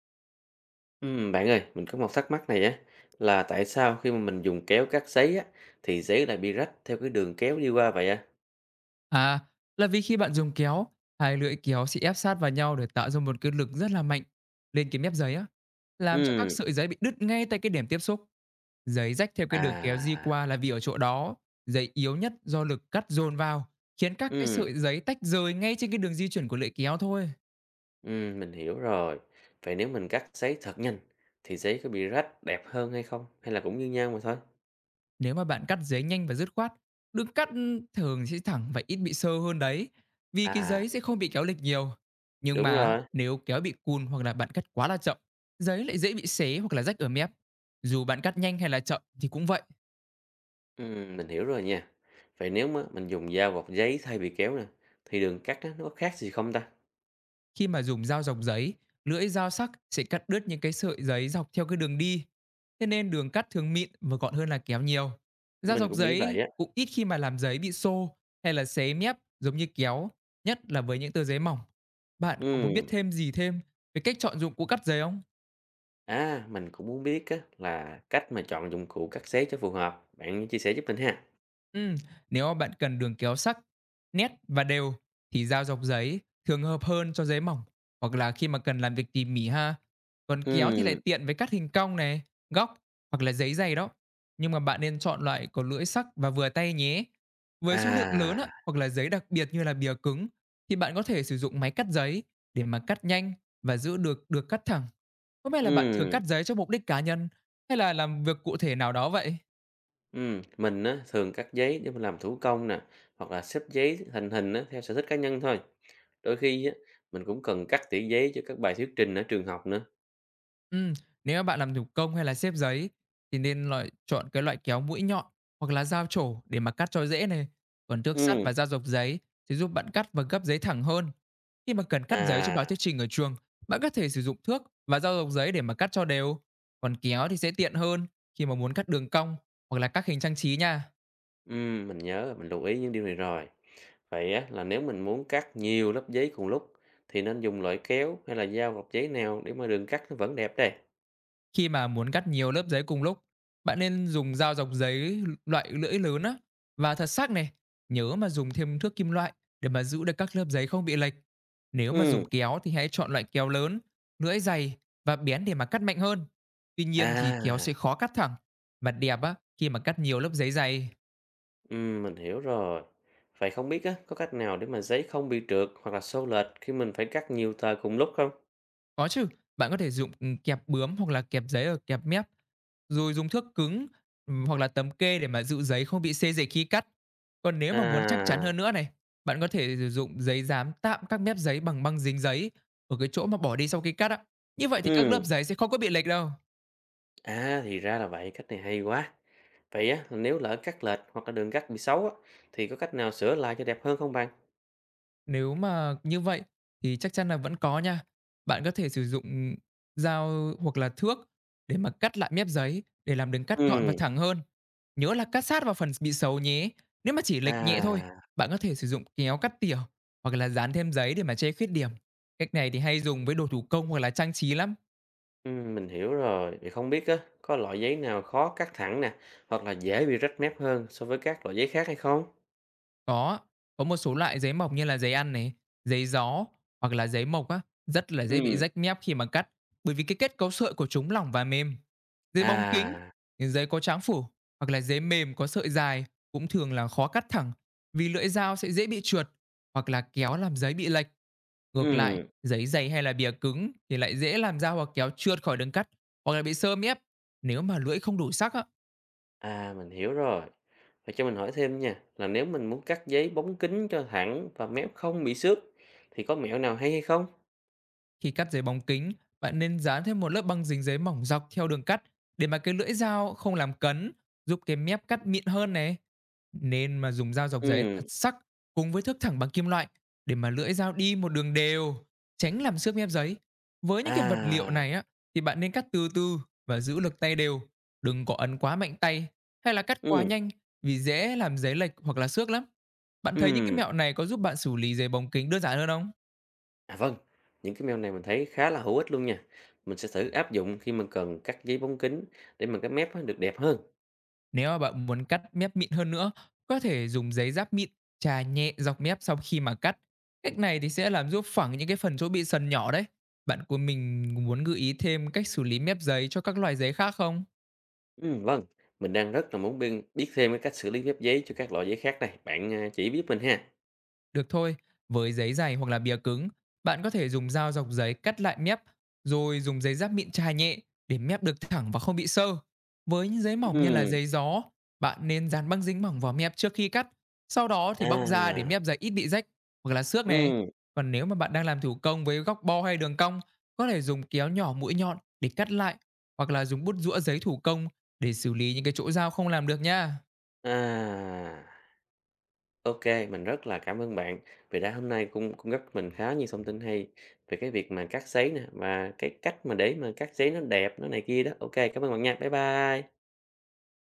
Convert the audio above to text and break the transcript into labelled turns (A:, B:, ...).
A: Bạn ơi, mình có một thắc mắc này á, là tại sao khi mà mình dùng kéo cắt giấy á, thì giấy lại bị rách theo cái đường kéo đi qua vậy á?
B: À, là vì khi bạn dùng kéo, hai lưỡi kéo sẽ ép sát vào nhau để tạo ra một cái lực rất là mạnh lên cái mép giấy á, làm cho các
A: Ừm,
B: sợi giấy bị đứt ngay tại cái điểm tiếp xúc. Giấy rách theo cái đường kéo di
A: à,
B: qua là vì ở chỗ đó, giấy yếu nhất do lực cắt dồn vào, khiến các cái
A: ừm,
B: sợi giấy tách rời ngay trên cái đường di chuyển của lưỡi kéo thôi.
A: mình hiểu rồi. Vậy nếu mình cắt giấy thật nhanh, thì giấy có bị rách đẹp hơn hay không? Hay là cũng như nhau mà thôi?
B: Nếu mà bạn cắt giấy nhanh và dứt khoát, đường cắt thường sẽ thẳng và ít bị sơ hơn đấy, vì cái
A: À,
B: giấy sẽ không bị kéo lệch nhiều. Nhưng
A: đúng
B: mà á,
A: rồi,
B: nếu kéo bị cùn hoặc là bạn cắt quá là chậm, giấy lại dễ bị xé hoặc là rách ở mép. Dù bạn cắt nhanh hay là chậm thì cũng vậy.
A: mình hiểu rồi nha. Vậy nếu mà mình dùng dao gọt giấy thay vì kéo nè, thì đường cắt á, nó có khác gì không ta?
B: Khi mà dùng dao dọc giấy, lưỡi dao sắc sẽ cắt đứt những cái sợi giấy dọc theo cái đường đi. Thế nên đường cắt thường mịn và gọn hơn là kéo nhiều. Dao
A: Mình
B: dọc
A: cũng nghĩ vậy
B: giấy
A: á.
B: cũng ít khi mà làm giấy bị xô hay là xé mép giống như kéo, nhất là với những tờ giấy mỏng. Bạn có muốn biết
A: Ừm,
B: thêm gì thêm về cách chọn dụng cụ cắt giấy không?
A: À, mình cũng muốn biết á, là cách mà chọn dụng cụ cắt xé cho phù hợp. Bạn chia sẻ giúp mình ha.
B: Ừm, nếu mà bạn cần đường kéo sắc, nét và đều thì dao dọc giấy thường hợp hơn cho giấy mỏng hoặc là khi mà cần làm việc tỉ mỉ ha. Còn kéo thì lại
A: Ừm,
B: tiện với cắt hình cong này, góc hoặc là giấy dày đó. Nhưng mà bạn nên chọn loại có lưỡi sắc và vừa tay nhé. Với số lượng
A: à,
B: lớn á, hoặc là giấy đặc biệt như là bìa cứng thì bạn có thể sử dụng máy cắt giấy để mà cắt nhanh và giữ được được cắt thẳng. Có vẻ là bạn thường
A: ừm,
B: cắt giấy cho mục đích cá nhân hay là làm việc cụ thể nào đó vậy?
A: ừm. Mình á, thường cắt giấy để mình làm thủ công nè, hoặc là xếp giấy thành hình á, theo sở thích cá nhân thôi. Đôi khi á, mình cũng cần cắt tỉa giấy cho các bài thuyết trình ở trường học nữa.
B: Ừm, nếu bạn làm thủ công hay là xếp giấy thì nên loại chọn cái loại kéo mũi nhọn hoặc là dao trổ để mà cắt cho dễ này. Còn thước sắt
A: Ừm,
B: và dao dọc giấy thì giúp bạn cắt và gấp giấy thẳng hơn. Khi mà cần cắt giấy cho
A: à,
B: bài thuyết trình ở trường, bạn có thể sử dụng thước và dao dọc giấy để mà cắt cho đều. Còn kéo thì sẽ tiện hơn khi mà muốn cắt đường cong hoặc là các hình trang trí nha.
A: mình nhớ rồi, mình lưu ý những điều này rồi. Vậy á, là nếu mình muốn cắt nhiều lớp giấy cùng lúc, thì nên dùng loại kéo hay là dao gọt giấy nào để mà đường cắt nó vẫn đẹp đây?
B: Khi mà muốn cắt nhiều lớp giấy cùng lúc, bạn nên dùng dao dọc giấy loại lưỡi lớn á và thật sắc này. Nhớ mà dùng thêm thước kim loại để mà giữ được các lớp giấy không bị lệch. Nếu mà dùng
A: Ừm.
B: kéo thì hãy chọn loại kéo lớn, lưỡi dày và bén để mà cắt mạnh hơn. Tuy nhiên thì kéo
A: À,
B: sẽ khó cắt thẳng và đẹp á khi mà cắt nhiều lớp giấy dày.
A: mình hiểu rồi. Vậy không biết á, có cách nào để mà giấy không bị trượt hoặc là xô lệch khi mình phải cắt nhiều tờ cùng lúc không?
B: Có chứ, bạn có thể dùng kẹp bướm hoặc là kẹp giấy ở kẹp mép. Rồi dùng thước cứng, hoặc là tấm kê để mà giữ giấy không bị xê dịch khi cắt. Còn nếu mà muốn chắc chắn
A: À,
B: hơn nữa này, bạn có thể sử dụng giấy dán tạm các mép giấy bằng băng dính giấy ở cái chỗ mà bỏ đi sau khi cắt á. Như vậy thì các lớp
A: ừ,
B: giấy sẽ không có bị lệch đâu.
A: à thì ra là vậy, cách này hay quá. Vậy á, nếu lỡ cắt lệch hoặc là đường cắt bị xấu á, thì có cách nào sửa lại cho đẹp hơn không bạn?
B: Nếu mà như vậy thì chắc chắn là vẫn có nha. Bạn có thể sử dụng dao hoặc là thước để mà cắt lại mép giấy để làm đường cắt gọn và
A: Ừ,
B: thẳng hơn. Nhớ là cắt sát vào phần bị xấu nhé. Nếu mà chỉ lệch nhẹ thôi,
A: à,
B: bạn có thể sử dụng kéo cắt tỉa hoặc là dán thêm giấy để mà che khuyết điểm. Cách này thì hay dùng với đồ thủ công hoặc là trang trí lắm.
A: ừ mình hiểu rồi. Vậy không biết á, có loại giấy nào khó cắt thẳng nè, hoặc là dễ bị rách mép hơn so với các loại giấy khác hay không?
B: Có, có một số loại giấy mộc như là giấy ăn này, giấy gió hoặc là giấy mộc á, rất là dễ bị
A: Ừ,
B: rách mép khi mà cắt, bởi vì cái kết cấu sợi của chúng lỏng và mềm. Giấy bóng kính,
A: à,
B: giấy có tráng phủ hoặc là giấy mềm có sợi dài cũng thường là khó cắt thẳng vì lưỡi dao sẽ dễ bị trượt hoặc là kéo làm giấy bị lệch. Ngược lại,
A: ừ.
B: giấy dày hay là bìa cứng thì lại dễ làm dao hoặc kéo trượt khỏi đường cắt hoặc là bị sơ mép nếu mà lưỡi không đủ sắc á.
A: À, mình hiểu rồi. Và cho mình hỏi thêm nha, là nếu mình muốn cắt giấy bóng kính cho thẳng và mép không bị xước thì có mẹo nào hay hay không?
B: Khi cắt giấy bóng kính, bạn nên dán thêm một lớp băng dính giấy mỏng dọc theo đường cắt để mà cái lưỡi dao không làm cấn, giúp cái mép cắt mịn hơn này. Nên mà dùng dao dọc giấy thật
A: Ừm,
B: sắc cùng với thước thẳng bằng kim loại để mà lưỡi dao đi một đường đều, tránh làm xước mép giấy. Với những cái vật liệu
A: à,
B: này á thì bạn nên cắt từ từ và giữ lực tay đều, đừng có ấn quá mạnh tay hay là cắt quá
A: ừm,
B: nhanh vì dễ làm giấy lệch hoặc là xước lắm. Bạn thấy những cái
A: ừm.
B: mẹo này có giúp bạn xử lý giấy bóng kính đơn giản hơn không?
A: À vâng, những cái mẹo này mình thấy khá là hữu ích luôn nha. Mình sẽ thử áp dụng khi mình cần cắt giấy bóng kính để mà cái mép á được đẹp hơn.
B: Nếu mà bạn muốn cắt mép mịn hơn nữa, có thể dùng giấy giáp mịn chà nhẹ dọc mép sau khi mà cắt. Cách này thì sẽ làm giúp phẳng những cái phần chỗ bị sần nhỏ đấy. Bạn của mình muốn gợi ý thêm cách xử lý mép giấy cho các loại giấy khác không?
A: Vâng, mình đang rất là muốn biết thêm cái cách xử lý mép giấy cho các loại giấy khác này. Bạn à, chỉ biết mình ha.
B: Được thôi, với giấy dày hoặc là bìa cứng, bạn có thể dùng dao dọc giấy cắt lại mép, rồi dùng giấy giáp mịn chà nhẹ để mép được thẳng và không bị sơ. Với những giấy mỏng như là
A: Ừm,
B: giấy gió, bạn nên dán băng dính mỏng vào mép trước khi cắt, sau đó thì bóc ra để
A: à,
B: mép giấy ít bị rách hoặc là xước này.
A: ừm,
B: Còn nếu mà bạn đang làm thủ công với góc bo hay đường cong, có thể dùng kéo nhỏ mũi nhọn để cắt lại hoặc là dùng bút rũa giấy thủ công để xử lý những cái chỗ dao không làm được nha.
A: à. OK, mình rất là cảm ơn bạn vì đã hôm nay cung cung cấp mình khá nhiều thông tin hay về cái việc mà cắt sấy nè, và cái cách mà để mà cắt sấy nó đẹp, nó này kia đó. OK, cảm ơn bạn nha. Bye bye.